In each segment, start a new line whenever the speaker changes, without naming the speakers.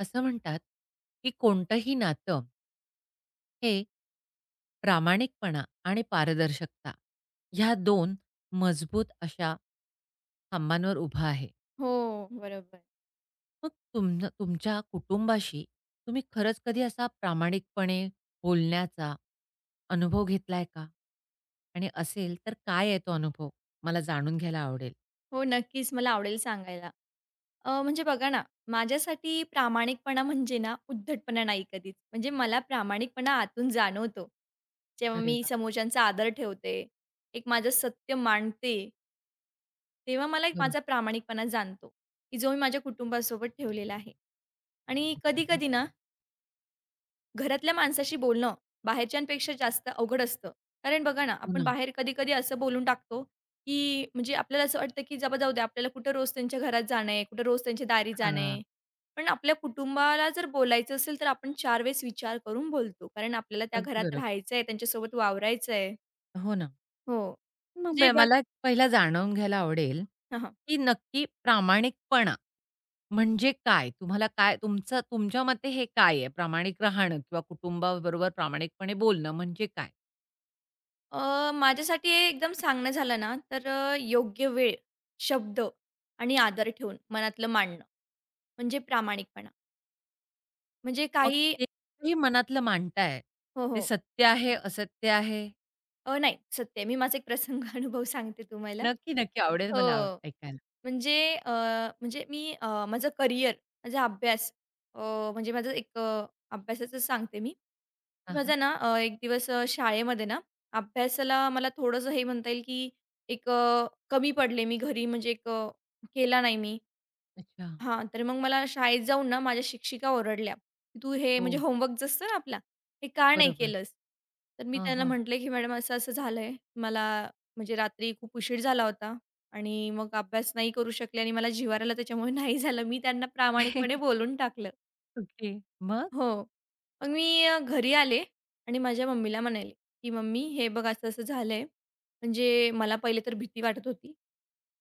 असं म्हणतात, की कोणतंही नातं हे प्रामाणिकपणा आणि पारदर्शकता ह्या दोन मजबूत अशा खांबांवर उभं आहे.
हो, बरोबर.
मग तुमच्या कुटुंबाशी तुम्ही खरंच कधी असा प्रामाणिकपणे बोलण्याचा अनुभव घेतलाय का? आणि असेल तर काय आहे तो अनुभव? मला जाणून घ्यायला आवडेल.
हो, नक्कीच मला आवडेल सांगायला. म्हणजे बघा ना, माझ्यासाठी प्रामाणिकपणा म्हणजे ना, उद्धटपणा नाही कधीच. म्हणजे मला प्रामाणिकपणा आतून जाणवतो. जेव्हा
अरे
मी
वाह!
समोरच्यांचा आदर ठेवते, एक माझं सत्य मांडते तेव्हा मला एक
बरोबर,
माझा प्रामाणिकपणा जाणतो, की जो मी माझ्या कुटुंबासोबत ठेवलेला आहे. आणि
बरोबर.
कधी-कधी ना घरातल्या माणसाशी बोलणं बाहेरच्यांपेक्षा जास्त अवघड असतं. कारण बघा ना,
हो
आपण
ना.
बाहेर कधी-कधी असं बोलून टाकतो, की म्हणजे आपल्याला असं वाटतं, की जबा "जाऊ दे, आपल्याला कुठं रोज त्यांच्या घरात जाणं आहे, कुठं रोज त्यांच्या दारी जाणं
हां.
आहे." पण आपल्या कुटुंबाला जर बोलायचं असेल, तर आपण 4 वेळेस विचार करून बोलतो. कारण आपल्याला त्या
अगदी
घरात
बरोबर.
राहायचं आहे, त्यांच्यासोबत वावरायचं आहे.
हो ना.
हो.
मग
जे बघ
मला पहिला जाणून घ्यायला आवडेल,
हां, हां.
की नक्की प्रामाणिकपणा म्हणजे काय? तुम्हाला काय तुमचं तुमच्या मते हे काय आहे? प्रामाणिक राहणं किंवा कुटुंबाबरोबर प्रामाणिकपणे बोलणं म्हणजे काय?
माझ्यासाठी हे एकदम सांगणं झालं ना, तर योग्य वेळ, शब्द आणि आदर ठेवून मनातलं मांडणं म्हणजे प्रामाणिकपणा. म्हणजे
मग
काही
ते तुम्ही मनातलं मांडताय,
हो,
ते
हो.
सत्य आहे, असत्य आहे?
नाही सत्य आहे. मी माझा एक प्रसंग अनुभव सांगते तुम्हाला.
नक्की, नक्की आवडेल
हो.
मला ऐकायला.
म्हणजे म्हणजे मी माझं करियर, माझा अभ्यास अ, म्हणजे माझं एक अभ्यासाचं सांगते मी, की
हां,
माझा ना एक दिवस शाळेमध्ये ना अभ्यासाला मला थोडंसं हे म्हणता येईल, की एक कमी पडले मी घरी म्हणजे एक केला नाही मी.
अच्छा.
हां, तर मग मला शाळेत जाऊन ना माझ्या शिक्षिका ओरडल्या, की "तू हे
हो,
म्हणजे होमवर्क जो असतो ना आपला, हे का नाही
बरोबर.
केलंस?" तर मी
हां,
त्यांना
हां.
म्हटले, की "मॅडम असं-असं झालंय. मला म्हणजे रात्री खूप उशीर झाला होता आणि मग अभ्यास नाही करू शकले आणि मला जिव्हार आला त्याच्यामुळे नाही झालं." मी त्यांना प्रामाणिकपणे बोलून टाकलं.
ओके. मग?
हो. मग मी घरी आले आणि माझ्या मम्मीला म्हणाले, की "मम्मी हे बघ असं-असं झालंय." म्हणजे मला पहिले तर भीती वाटत होती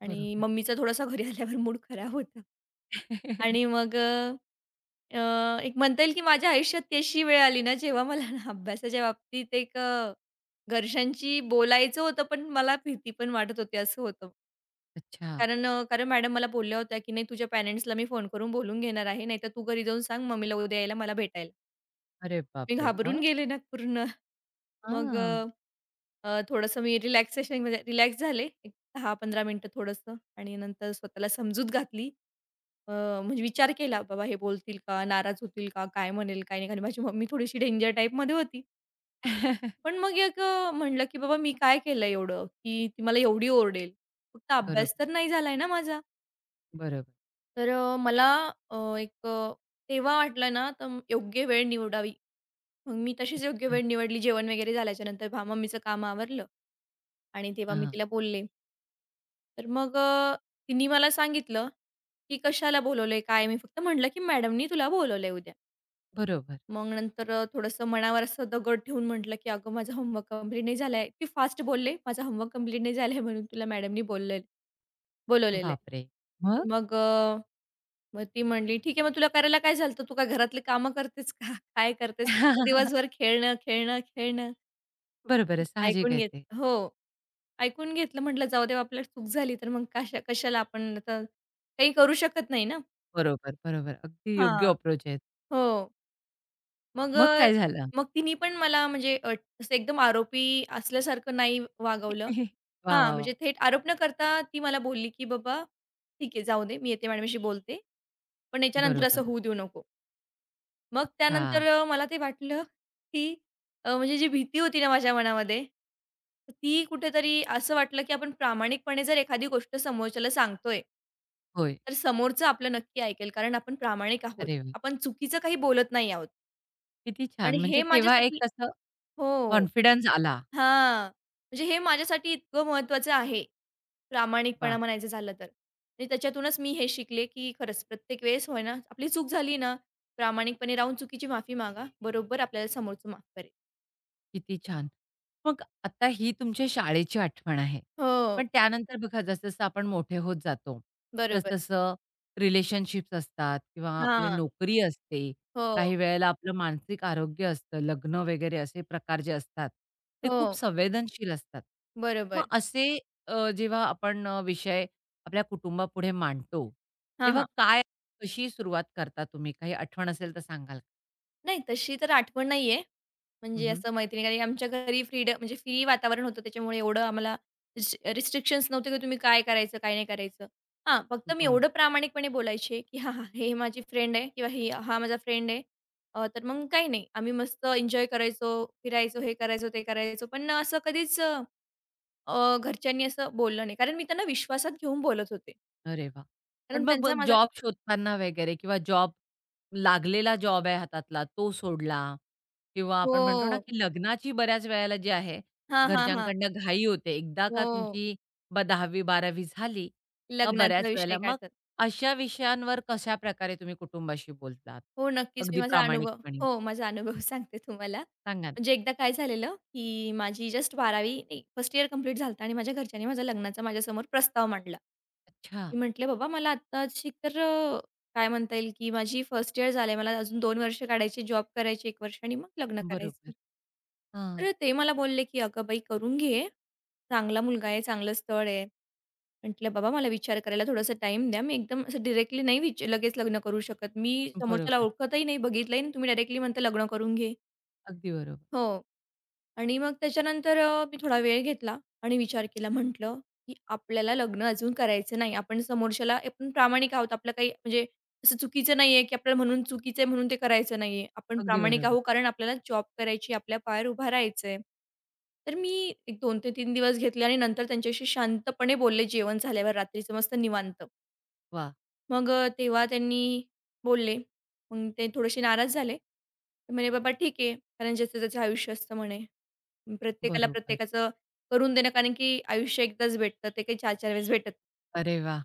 आणि
बरोबर.
मम्मीचा थोडासा घरी आल्यावर मूड खराब होता. आणि मग अ, अ, एक म्हणता येईल की माझ्या आयुष्यात ती अशी वेळ आली ना, जेव्हा मला ना अभ्यासाच्या बाबतीत एक घरच्यांशी बोलायचं होतं, पण मला भीती पण वाटत होती, असं होतं.
अच्छा.
कारण मॅडम मला बोलल्या होत्या, की "नाही, तुझ्या पॅरेंट्सला मी फोन करून बोलून घेणार आहे. नाहीतर तू घरी जाऊन सांग मम्मीला उद्या यायला मला भेटायला."
अरे
मी
बापरे!
घाबरून
मग?
गेले ना पूर्ण. मग अ,
हां.
अ, थोडंसं मी रिलॅक्सेशनमध्ये रिलॅक्स झाले, एक 10-15 मिनिटं थोडंसं आणि नंतर स्वतःला समजूत घातली. अ, म्हणजे विचार केला, "बाबा हे बोलतील का? नाराज होतील का? काय म्हणेल, काय नाही?" कारण माझी मम्मी थोडीशी डेंजर टाईपमध्ये होती. पण मग एक म्हटलं, की "बाबा मी काय केलं एवढं, की ती मला एवढी ओरडेल? फक्त अभ्यास
बरोबर.
तर नाही झालाय ना माझा."
बरोबर.
तर मला अ, एक अ, तेव्हा वाटलं ना, तर योग्य वेळ निवडावी. मग मी तशीच योग्य
अच्छा.
वेळ निवडली. जेवण वगैरे झाल्याच्यानंतर भा मम्मीचं काम आवरलं आणि तेव्हा मी
हां.
तिला बोलले. तर मग तिने मला सांगितलं, की "कशाला बोलवलंय? काय?" मी फक्त म्हटलं, की "मॅडमनी तुला बोलवलंय उद्या."
बरोबर.
मग नंतर थोडंसं मनावर असं दगड ठेवून म्हटलं, की "अगं, माझा होमवर्क कंप्लीट नाही झाला आहे." इतकी फास्ट बोलले, "माझा होमवर्क कंप्लीट नाही झाला म्हणून तुला मॅडमनी बोलले बोलवलेलं
बापरे! मग?
आहे." मग मग ती म्हणली, "ठीक आहे, मग तुला करायला काय झालं होतं? तू काय घरातली कामं करतेस का? काय करतेस? फक्त दिवसभर खेळणं, खेळणं, खेळणं."
बरोबर आहे. साहजिक
ऐकून
आहे ते.
घेतलं हो, ऐकून घेतलं. म्हटलं, "जाऊ दे, आपल्याला चूक झाली तर मग कशा कशाला आपण आता काही करू शकत नाही ना."
बरोबर, बरोबर. अगदी योग्य
हां.
अप्रोच आहे.
हो. मग
मग
अ,
काय झालं?
मग तिने पण मला म्हणजे असं एकदम आरोपी असल्यासारखं नाही वागवलं.
वाह,
हां,
वाह, वाह!
म्हणजे थेट आरोप न करता ती मला बोलली, की "बाबा ठीक आहे, जाऊ दे. मी येते मॅडमशी बोलते. पण याच्यानंतर असं
बरोबर.
होऊ देऊ नको." मग
हां.
त्यानंतर मला ते वाटलं, की म्हणजे जी भीती होती ना माझ्या मनामध्ये, ती कुठेतरी असं वाटलं, की आपण प्रामाणिकपणे जर एखादी गोष्ट समोरच्याला सांगतोय,
होय.
तर समोरचं आपलं नक्की ऐकेल. कारण आपण प्रामाणिक आहोत.
अरे वाह!
आपण चुकीचं काही बोलत नाही आहोत
किती छान.
आणि
म्हणजे
हे
तेव्हा
माझ्यासाठी
एक असं
हो.
कॉन्फिडन्स आला.
हां, म्हणजे हे माझ्यासाठी इतकं महत्त्वाचं आहे, प्रामाणिकपणा
वाह!
म्हणायचं झालं तर. आणि त्याच्यातूनच मी हे शिकले, की खरंच प्रत्येक वेळेस होय ना, आपली चूक झाली ना, प्रामाणिकपणे राहून चुकीची माफी मागा. बरोबर आपल्याला समोरचं माफ करेल.
किती छान. मग आता ही तुमच्या शाळेची आठवण आहे.
हो,
पण त्यानंतर बघा जसं-जसं आपण मोठे होत जातो,
बरोबर.
तसं-तसं रिलेशनशिप्स असतात किंवा आपली
हां.
नोकरी असते.
हो,
काही वेळेला आपलं मानसिक आरोग्य असतं, लग्न वगैरे असे प्रकार जे असतात, ते
हो.
खूप संवेदनशील असतात. मग
बरोबर.
असे जेव्हा आपण विषय आपल्या कुटुंबापुढे मांडतो,
हां,
तेव्हा
हां.
कशी सुरुवात करता तुम्ही? काही आठवण असेल तर सांगाल?
नाही तशी तर आठवण नाहीये.
हं,
म्हणजे
हं.
असं मैत्रिणी कारण आमच्या घरी फ्रीडम म्हणजे फ्री वातावरण होतं त्याच्यामुळे एवढं आम्हाला रिस्ट्रिक्शन्स नव्हते, की तुम्ही काय करायचं, काय नाही करायचं. हां, फक्त मी
बरं.
एवढं प्रामाणिकपणे बोलायचे, की "हां, हां, हे माझी फ्रेंड आहे किंवा हे हा माझा फ्रेंड आहे." तर मग काही नाही. आम्ही मस्त एन्जॉय करायचो, फिरायचो, हे करायचो, ते करायचो. पण असं कधीच घरच्यांनी असं बोललं नाही. कारण मी त्यांना विश्वासात घेऊन बोलत होते.
अरे वा, पण
कारण
मग
त्यांचा
मग
माझा
जॉब शोधताना वगैरे किंवा जॉब लागलेला जॉब आहे हातातला तो सोडला किंवा
हो.
आपण म्हणतो ना, की लग्नाची बऱ्याच वेळेला जी आहे
हां, हां, हां.
घरच्यांकडनं घाई होते. एकदा का
हो.
तुमची 10वी-12वी झाली का
लग्नाचा
बऱ्याच
विषय
वेळेला मग
काढतात.
अशा विषयांवर कशाप्रकारे तुम्ही कुटुंबाशी बोलतात?
हो, नक्कीच. मी
अगदी
माझा अनुभव
प्रामाणिकपणे
हो, माझा अनुभव सांगते तुम्हाला.
सांगा ना?
म्हणजे एकदा काय झालेलं, की माझी जस्ट 12वी नाही, फर्स्ट इयर कंप्लीट झालं होतं आणि माझ्या घरच्यांनी माझ्या लग्नाचा माझ्यासमोर प्रस्ताव मांडला.
अच्छा.
मी म्हटले, "बाबा, मला आत्ताची तर काय म्हणता येईल, की माझी फर्स्ट इयर झाली आहे. मला अजून 2 वर्ष काढायची, जॉब करायची 1 वर्ष आणि मग लग्न
बरोबर.
करायचं."
हां.
तर ते मला बोलले, की "अगं बाई, करून घे. चांगला मुलगा आहे, चांगलं स्थळ आहे." म्हटलं, "बाबा मला विचार करायला थोडासा टाइम द्या." मी एकदम असं डिरेक्टली नाही विच लगेच लग्न करू शकत. मी समोरच्याला
बरोबर.
ओळखतही नाही, बघितलंही नाही. तुम्ही डायरेक्टली म्हणता लग्न करून घे.
अगदी बरोबर.
हो. आणि मग त्याच्यानंतर मी थोडा वेळ घेतला आणि विचार केला. म्हटलं, की आपल्याला लग्न अजून करायचं नाही. आपण समोरच्याला आपण प्रामाणिक आहोत. आपलं काही म्हणजे असं चुकीचं नाहीये, की आपल्याला म्हणून चुकीचं आहे म्हणून ते करायचं नाहीये. आपण
अगदी
प्रामाणिक
बरोबर.
आहोत कारण आपल्याला जॉब करायची, आपल्या पायावर उभा राहायचंय. तर मी एक 2 ते 3 दिवस घेतले आणि नंतर त्यांच्याशी शांतपणे बोलले जेवण झाल्यावर रात्रीचं मस्त निवांत.
वाह!
तेव्हा त्यांनी बोलले. मग ते थोडेसे नाराज झाले. ते म्हणे, "बाबा ठीक आहे, कारण ज्याचं त्याचं आयुष्य असतं" म्हणे. "प्रत्येकाला
बरोबर.
प्रत्येकाचं करून देणं, कारण की आयुष्य एकदाच भेटतं, ते काही 4-4 वेळेस भेटत
अरे वाह!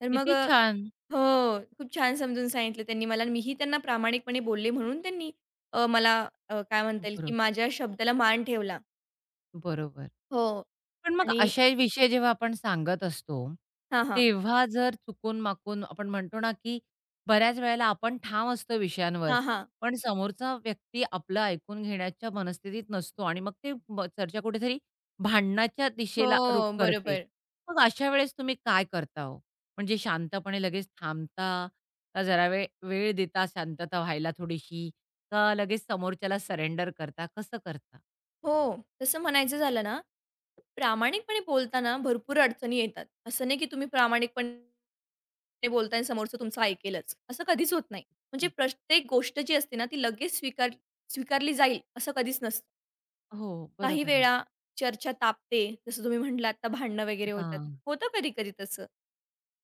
तर
किती छान.
हो, खूप छान समजून सांगितलं त्यांनी मला आणि मीही त्यांना प्रामाणिकपणे बोलले म्हणून त्यांनी मला काय म्हणता येईल, की
बरोब
माझ्या शब्दाला मान ठेवला.
बरोबर.
हो
पण मग
आणि
अशा विषय जेव्हा आपण सांगत असतो,
हां, हां.
तेव्हा जर चुकून-माकून आपण म्हणतो ना, की बऱ्याच वेळेला आपण ठाम असतो विषयांवर,
हां, हां.
पण समोरचा व्यक्ती आपलं ऐकून घेण्याच्या मनस्थितीत नसतो आणि मग ते चर्चा कुठेतरी भांडणाच्या दिशेला रुख
हो,
करते.
बरोबर.
मग अशा वेळेस तुम्ही काय करता हो? म्हणजे शांतपणे लगेच थांबता, का जरा वेळ वेळ देता शांतता व्हायला थोडीशी, का लगेच समोरच्याला सरेंडर करता, कसं करता?
हो. तसं म्हणायचं झालं ना, प्रामाणिकपणे बोलताना भरपूर अडचणी येतात. असं नाही की तुम्ही प्रामाणिकपणे बोलताय आणि समोरचं तुमचं ऐकेलच, असं कधीच होत नाही. म्हणजे प्रत्येक गोष्ट जी असते ना, ती लगेच स्वीकारली जाईल असं कधीच नसतं.
हो,
काही
बरोबर आहे.
वेळा चर्चा तापते, जसं तुम्ही म्हटलात आता भांडणं वगैरे होतात.
हां,
होतं कधी-कधी तसं.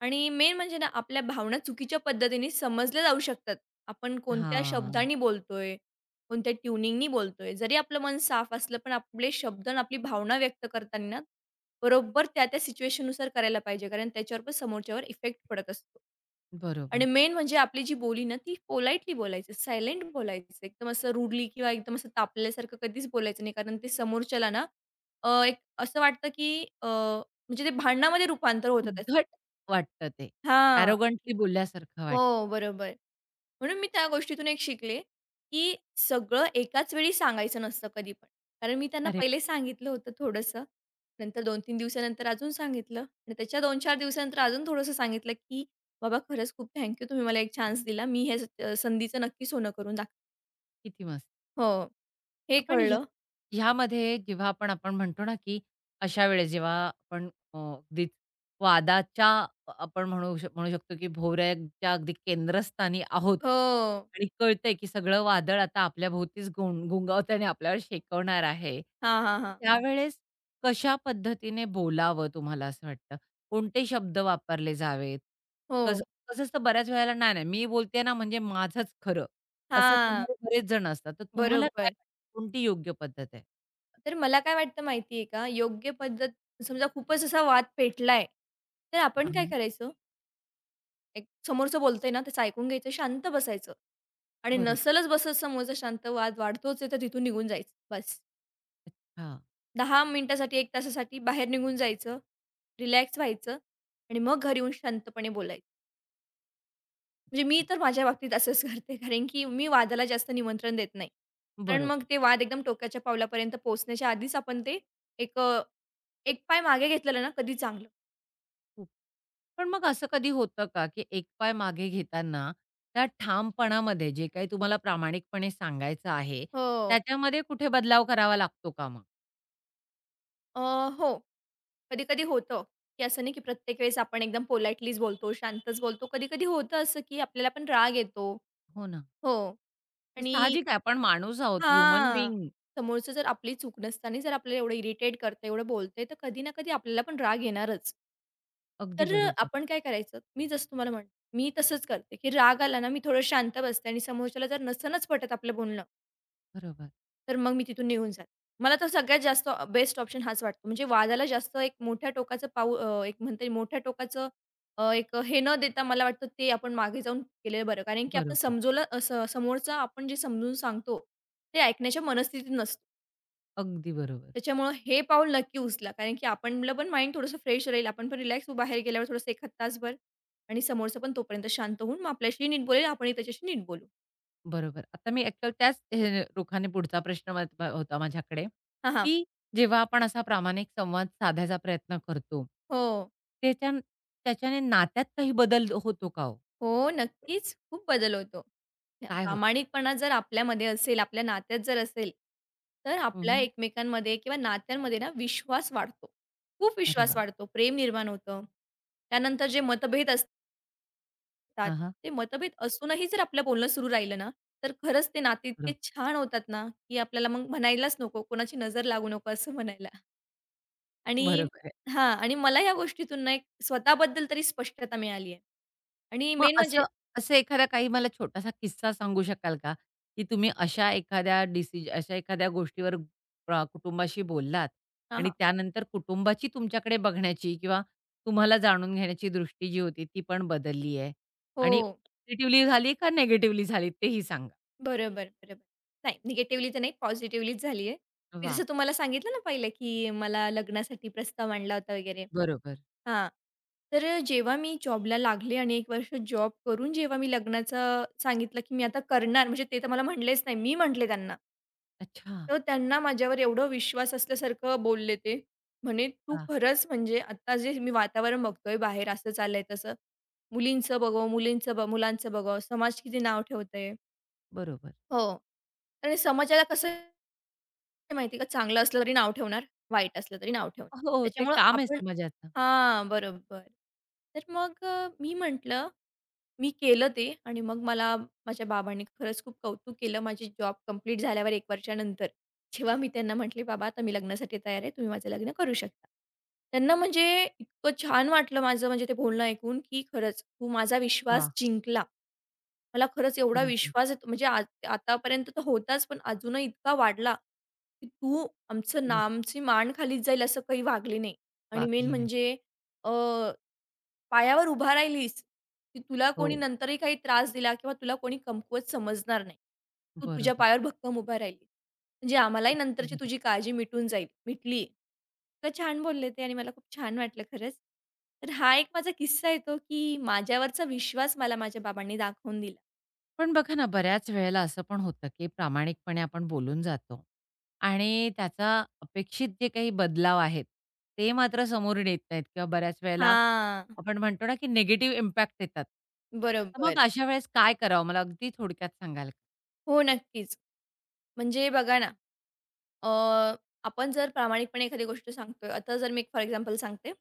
आणि मेन म्हणजे ना आपल्या भावना चुकीच्या पद्धतीने समजल्या जाऊ शकतात. आपण कोणत्या
हां,
शब्दांनी बोलतोय, कोणत्या ट्युनिंगनी बोलतोय. जरी आपलं मन साफ असलं, पण आपले शब्द आणि आपली भावना व्यक्त करताना बरोबर त्या त्या सिच्युएशननुसार करायला पाहिजे. कारण त्याच्यावर पण समोरच्यावर इफेक्ट पडत असतो.
बरोबर.
आणि
हं.
मेन म्हणजे आपली जी बोली ना, ती पोलाइटली बोलायचं, सायलेंट बोलायचं. एकदम असं रूडली किंवा एकदम असं तापल्यासारखं कधीच बोलायचं नाही. कारण ते समोरच्याला ना, एक असं वाटतं, की म्हणजे ते भांडणामध्ये रूपांतर होतं त्याचं.
उद्धट वाटतं ते.
हां.
ॲरोगंटली बोलल्यासारखं वाटतं.
हो, बरोबर. म्हणून मी त्या गोष्टीतून एक शिकले, की सगळं एकाच वेळी सांगायचं नसतं कधी पण. कारण मी त्यांना
अरे,
पहिले सांगितलं होतं थोडंसं. नंतर 2-3 दिवसानंतर अजून सांगितलं आणि त्याच्या 2-4 दिवसानंतर अजून थोडंसं सांगितलं, की "बाबा खरंच खूप थँक यू. तुम्ही मला एक चान्स दिला. मी ह्या संधीचं नक्की सोनं करून दाखवेन."
किती मस्त.
हो. हे
पण ह्या
कळलं.
ह्यामध्ये जेव्हा आपण आपण म्हणतो ना, की अशा वेळेस जेव्हा आपण अगदीच वादाच्या आपण म्हणू म्हणू शकतो, की भोवऱ्याच्या अगदी केंद्रस्थानी आहोत
हो.
आणि कळतंय, की सगळं वादळ आता आपल्याभोवतीच गुंगावतंय आणि आपल्यावर शेकवणार आहे.
हां, हां, हां.
त्यावेळेस कशा पद्धतीने बोलावं तुम्हाला असं वाटतं? कोणते शब्द वापरले जावेत? कसं
हो.
कसं असतं बऱ्याच वेळेला, "नाही, नाही, मी बोलते ना म्हणजे माझंच खरं." असं
हां.
करणारे बरेच जण असतात. तर तुम्हाला काय
बरोबर.
कोणती योग्य पद्धत आहे?
तर मला काय वाटतं माहिती का? योग्य पद्धत समजा खूपच असा वाद पेटलाय, तर आपण काय
हं.
करायचं? एक समोरचं बोलतंय ना, त्याचं ऐकून घ्यायचं, शांत बसायचं आणि
बरोबर.
नसेलच बसत समोरचा शांत, वाद वाढतोच आहे, तर तिथून निघून जायचं बस.
अच्छा,
10 मिनिटासाठी, 1 तासासाठी बाहेर निघून जायचं, रिलॅक्स व्हायचं आणि मग घरी येऊन शांतपणे बोलायचं. म्हणजे मी तर माझ्या बाबतीत असंच करते, कारण की मी वादाला जास्त निमंत्रण देत नाही. कारण मग
बरोबर.
ते वाद एकदम टोकाच्या पावलापर्यंत पोहोचण्याच्या आधीच आपण ते एक एक पाय मागे घेतलेलं ना, कधी चांगलं.
खूप पण मग असं कधी होतं का, की एक पाय मागे घेताना त्या ठामपणामध्ये जे काही तुम्हाला प्रामाणिकपणे सांगायचं आहे,
हो.
त्याच्यामध्ये कुठे बदलाव करावा लागतो का मग?
अ, हो. कधी-कधी होतं, की असं नाही की प्रत्येक वेळेस आपण एकदम पोलाइटलीच बोलतो, शांतच बोलतो. कधी-कधी होतं असं, की आपल्याला पण राग येतो.
हो ना.
हो.
ते
आणि
साहजिक आहे. आपण माणूस आहोत, ह्युमन
हां.
बीइंग.
समोरचं जर आपली चूक नसताना जर आपल्याला एवढं इरिटेट करतंय, एवढं बोलतंय, तर कधी ना कधी आपल्याला पण राग येणारच.
अगदी
तर
बरोबर,
आपण काय करायचं? मी जसं तुम्हाला म्हण मी तसंच करते, की राग आला ना, मी थोडं शांत बसते आणि समोरच्याला जर नसेनच पटत आपलं बोलणं
बरोबर,
तर मग मी तिथून निघून जाते. मला तर सगळ्यात जास्त बेस्ट ऑप्शन हाच वाटतो. म्हणजे वादाला जास्त एक मोठ्या टोकाचं पाऊल एक म्हणता येईल मोठ्या टोकाचं एक हे न देता मला वाटतं ते आपण मागे जाऊन केलेलं बरं. कारण की आपण
बरोबर.
समजवलं अ, स समोरचं आपण जे समजून सांगतो, ते ऐकण्याच्या मनस्थितीत नसतो.
अगदी बरोबर.
त्याच्यामुळं हे पाऊल नक्की उचला. कारण की आपलं पण माइंड थोडंसं फ्रेश राहील. आपण पण रिलॅक्स बाहेर गेल्यावर थोडंसं एखाद तासभर आणि समोरचा पण तोपर्यंत शांत होऊन मग आपल्याशी नीट बोलेल, आपणही त्याच्याशी नीट बोलू.
बरोबर. आता मी ॲक्चुअल त्याच हे रुखाने पुढचा प्रश्न होता माझ्याकडे,
हां, हां.
की जेव्हा आपण असा प्रामाणिक संवाद साधायचा प्रयत्न करतो,
हो.
त्याच्या त्याच्याने नात्यात काही बदल होतो का हो?
हो, नक्कीच. खूप बदल होतो.
काय होतं?
प्रामाणिकपणा जर आपल्यामध्ये असेल, आपल्या नात्यात जर असेल, तर
हं,
आपल्या
हं.
एकमेकांमध्ये किंवा नात्यांमध्ये ना विश्वास वाढतो. खूप
अरे
विश्वास
वाह!
वाढतो. प्रेम निर्माण होतं. त्यानंतर जे मतभेद असतात,
हां, हां.
ते मतभेद असूनही जर आपलं बोलणं सुरू राहिलं ना, तर खरंच ते नाते इतके
बरोबर.
छान होतात ना, की आपल्याला मग म्हणायलाच नको, कोणाची नजर लागू नको असं म्हणायला. आणि
बरोबर
हां. आणि मला या गोष्टीतून ना एक स्वतःबद्दल तरी स्पष्टता मिळाली आहे. आणि
मग
मेन म्हणजे
असं असं एखादा काही मला छोटासा किस्सा सांगू शकाल का? की तुम्ही अशा एखाद्या अशा एखाद्या गोष्टीवर कुटुंबाशी बोललात
हां,
आणि
हां.
त्यानंतर कुटुंबाची तुमच्याकडे बघण्याची किंवा तुम्हाला जाणून घेण्याची दृष्टी जी होती ती पण बदलली आहे
हो.
आणि पॉझिटिव्हली झाली का नेगेटिव्हली झाली तेही सांगा?
बरोबर, बरोबर. नाही निगेटिव्हली तर नाही, पॉझिटिव्हलीच झाली आहे. मी
वाह!
जसं तुम्हाला सांगितलं ना पहिलं, की मला लग्नासाठी प्रस्ताव आणला होता वगैरे.
बरोबर.
हां. तर जेव्हा मी जॉबला लागले आणि एक वर्ष जॉब करून जेव्हा मी लग्नाचं सांगितलं, की मी आता करणार म्हणजे ते तर मला म्हटलेच नाही. मी म्हटले त्यांना.
अच्छा.
तर त्यांना माझ्यावर एवढं विश्वास असल्यासारखं बोलले ते. म्हणे, "तू
हां.
खरंच म्हणजे आता जे मी वातावरण बघतोय बाहेर असं चाललंय तसं. मुलींचं बघावं, मुलींचं ब मुलांचं बघावं, समाज किती नाव ठेवतंय."
बरोबर.
हो. आणि समाजाला कसं आहे माहिती आहे का, चांगलं असलं तरी नाव ठेवणार, वाईट असलं तरी नाव ठेवणार.
हो, ते
त्याच्यामुळं
काम आहे
आपण
समाजाचं.
हां, बरोबर. तर मी म्हटलं मी केलं ते आणि मग मला माझ्या बाबांनी खरंच खूप कौतुक केलं. माझी जॉब कंप्लीट झाल्यावर 1 वर्षानंतर. जेव्हा मी त्यांना म्हटले, "बाबा आता मी लग्नासाठी तयार आहे. तुम्ही माझं लग्न करू शकता." त्यांना म्हणजे इतकं छान वाटलं माझं म्हणजे ते बोलणं ऐकून, की "खरंच तू माझा विश्वास
वाह!
जिंकला." मला खरंच एवढा
बरोबर.
विश्वास आहे म्हणजे आ आतापर्यंत तर होताच, पण अजूनही इतका वाढला, की तू आमचं
ती
ना
बरोबर.
आमची मान खालीच जाईल असं काही वागली नाही. आणि मेन
वाकली नाही.
म्हणजे अ पायावर उभा राहिलीस, की तुला कोणी
हो.
नंतरही काही त्रास दिला किंवा तुला कोणी कमकुवत समजणार नाही. तू तुझ्या
बरोबर.
पायावर भक्कम उभा राहिली. म्हणजे आम्हालाही
अगदी
नंतरची तुझी
बरोबर.
काळजी मिटून जाईल, मिटली. इतकं छान बोलले ते आणि मला खूप छान वाटलं खरंच. तर हा एक माझा किस्सा येतो, की माझ्यावरचा विश्वास मला माझ्या बाबांनी दाखवून दिला.
पण बघा ना, बऱ्याच वेळेला असं पण होतं, की प्रामाणिकपणे आपण बोलून जातो आणि त्याचा अपेक्षित जे काही बदलाव आहेत, ते मात्र समोरून येत नाहीत किंवा बऱ्याच वेळेला
हां.
आपण म्हणतो ना, की निगेटिव्ह इम्पॅक्ट येतात. तर
बरोबर.
मग अशा वेळेस काय करावं? मला अगदी थोडक्यात सांगाल का?
हो, नक्कीच. म्हणजे बघा ना, अ, आपण जर प्रामाणिकपणे एखादी गोष्ट सांगतोय आता जर मी एक फॉर एक्झाम्पल सांगते.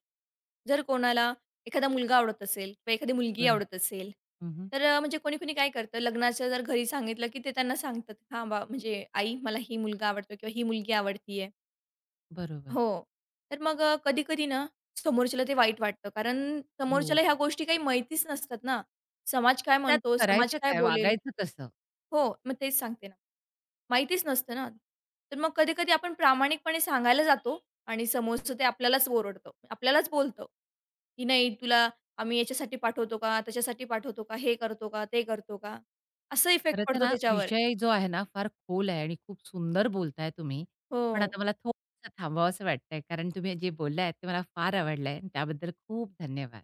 जर कोणाला एखादा मुलगा आवडत असेल किंवा एखादी मुलगी
बरं.
आवडत असेल,
हं,
तर म्हणजे कोणी-कोणी काय करतं लग्नाचं जर घरी सांगितलं, की ते त्यांना सांगतात, "हां, बा म्हणजे आई मला ही मुलगा आवडतो किंवा ही मुलगी आवडती
बरोबर.
हो. तर मग कधी-कधी ना समोरच्याला ते वाईट वाटतं. कारण
हो.
समोरच्याला ह्या गोष्टी काही माहितीच नसतात ना. समाज
मग
काय
त्यात
म्हणतो, समाज
करायचं
काय
काय?
बोलेल
वागायचं कसं?
हो, मग तेच सांगते ना. माहितीच नसतं ना. तर मग कधी-कधी आपण प्रामाणिकपणे सांगायला जातो आणि समोरचं ते आपल्यालाच ओरडतं. आपल्यालाच बोलतं, की "नाही तुला आम्ही याच्यासाठी पाठवतो का? त्याच्यासाठी पाठवतो का? हे करतो का? ते करतो का?" असं इफेक्ट
खरं तर
पडतो
ना,
त्याच्यावर.
विषय जो आहे ना, फार खोल आहे आणि खूप सुंदर बोलताय तुम्ही. पण
हो.
आता मला थोडंसं थांबावसं वाटतंय, कारण तुम्ही जे बोललात ते मला फार आवडलंय. त्याबद्दल खूप धन्यवाद.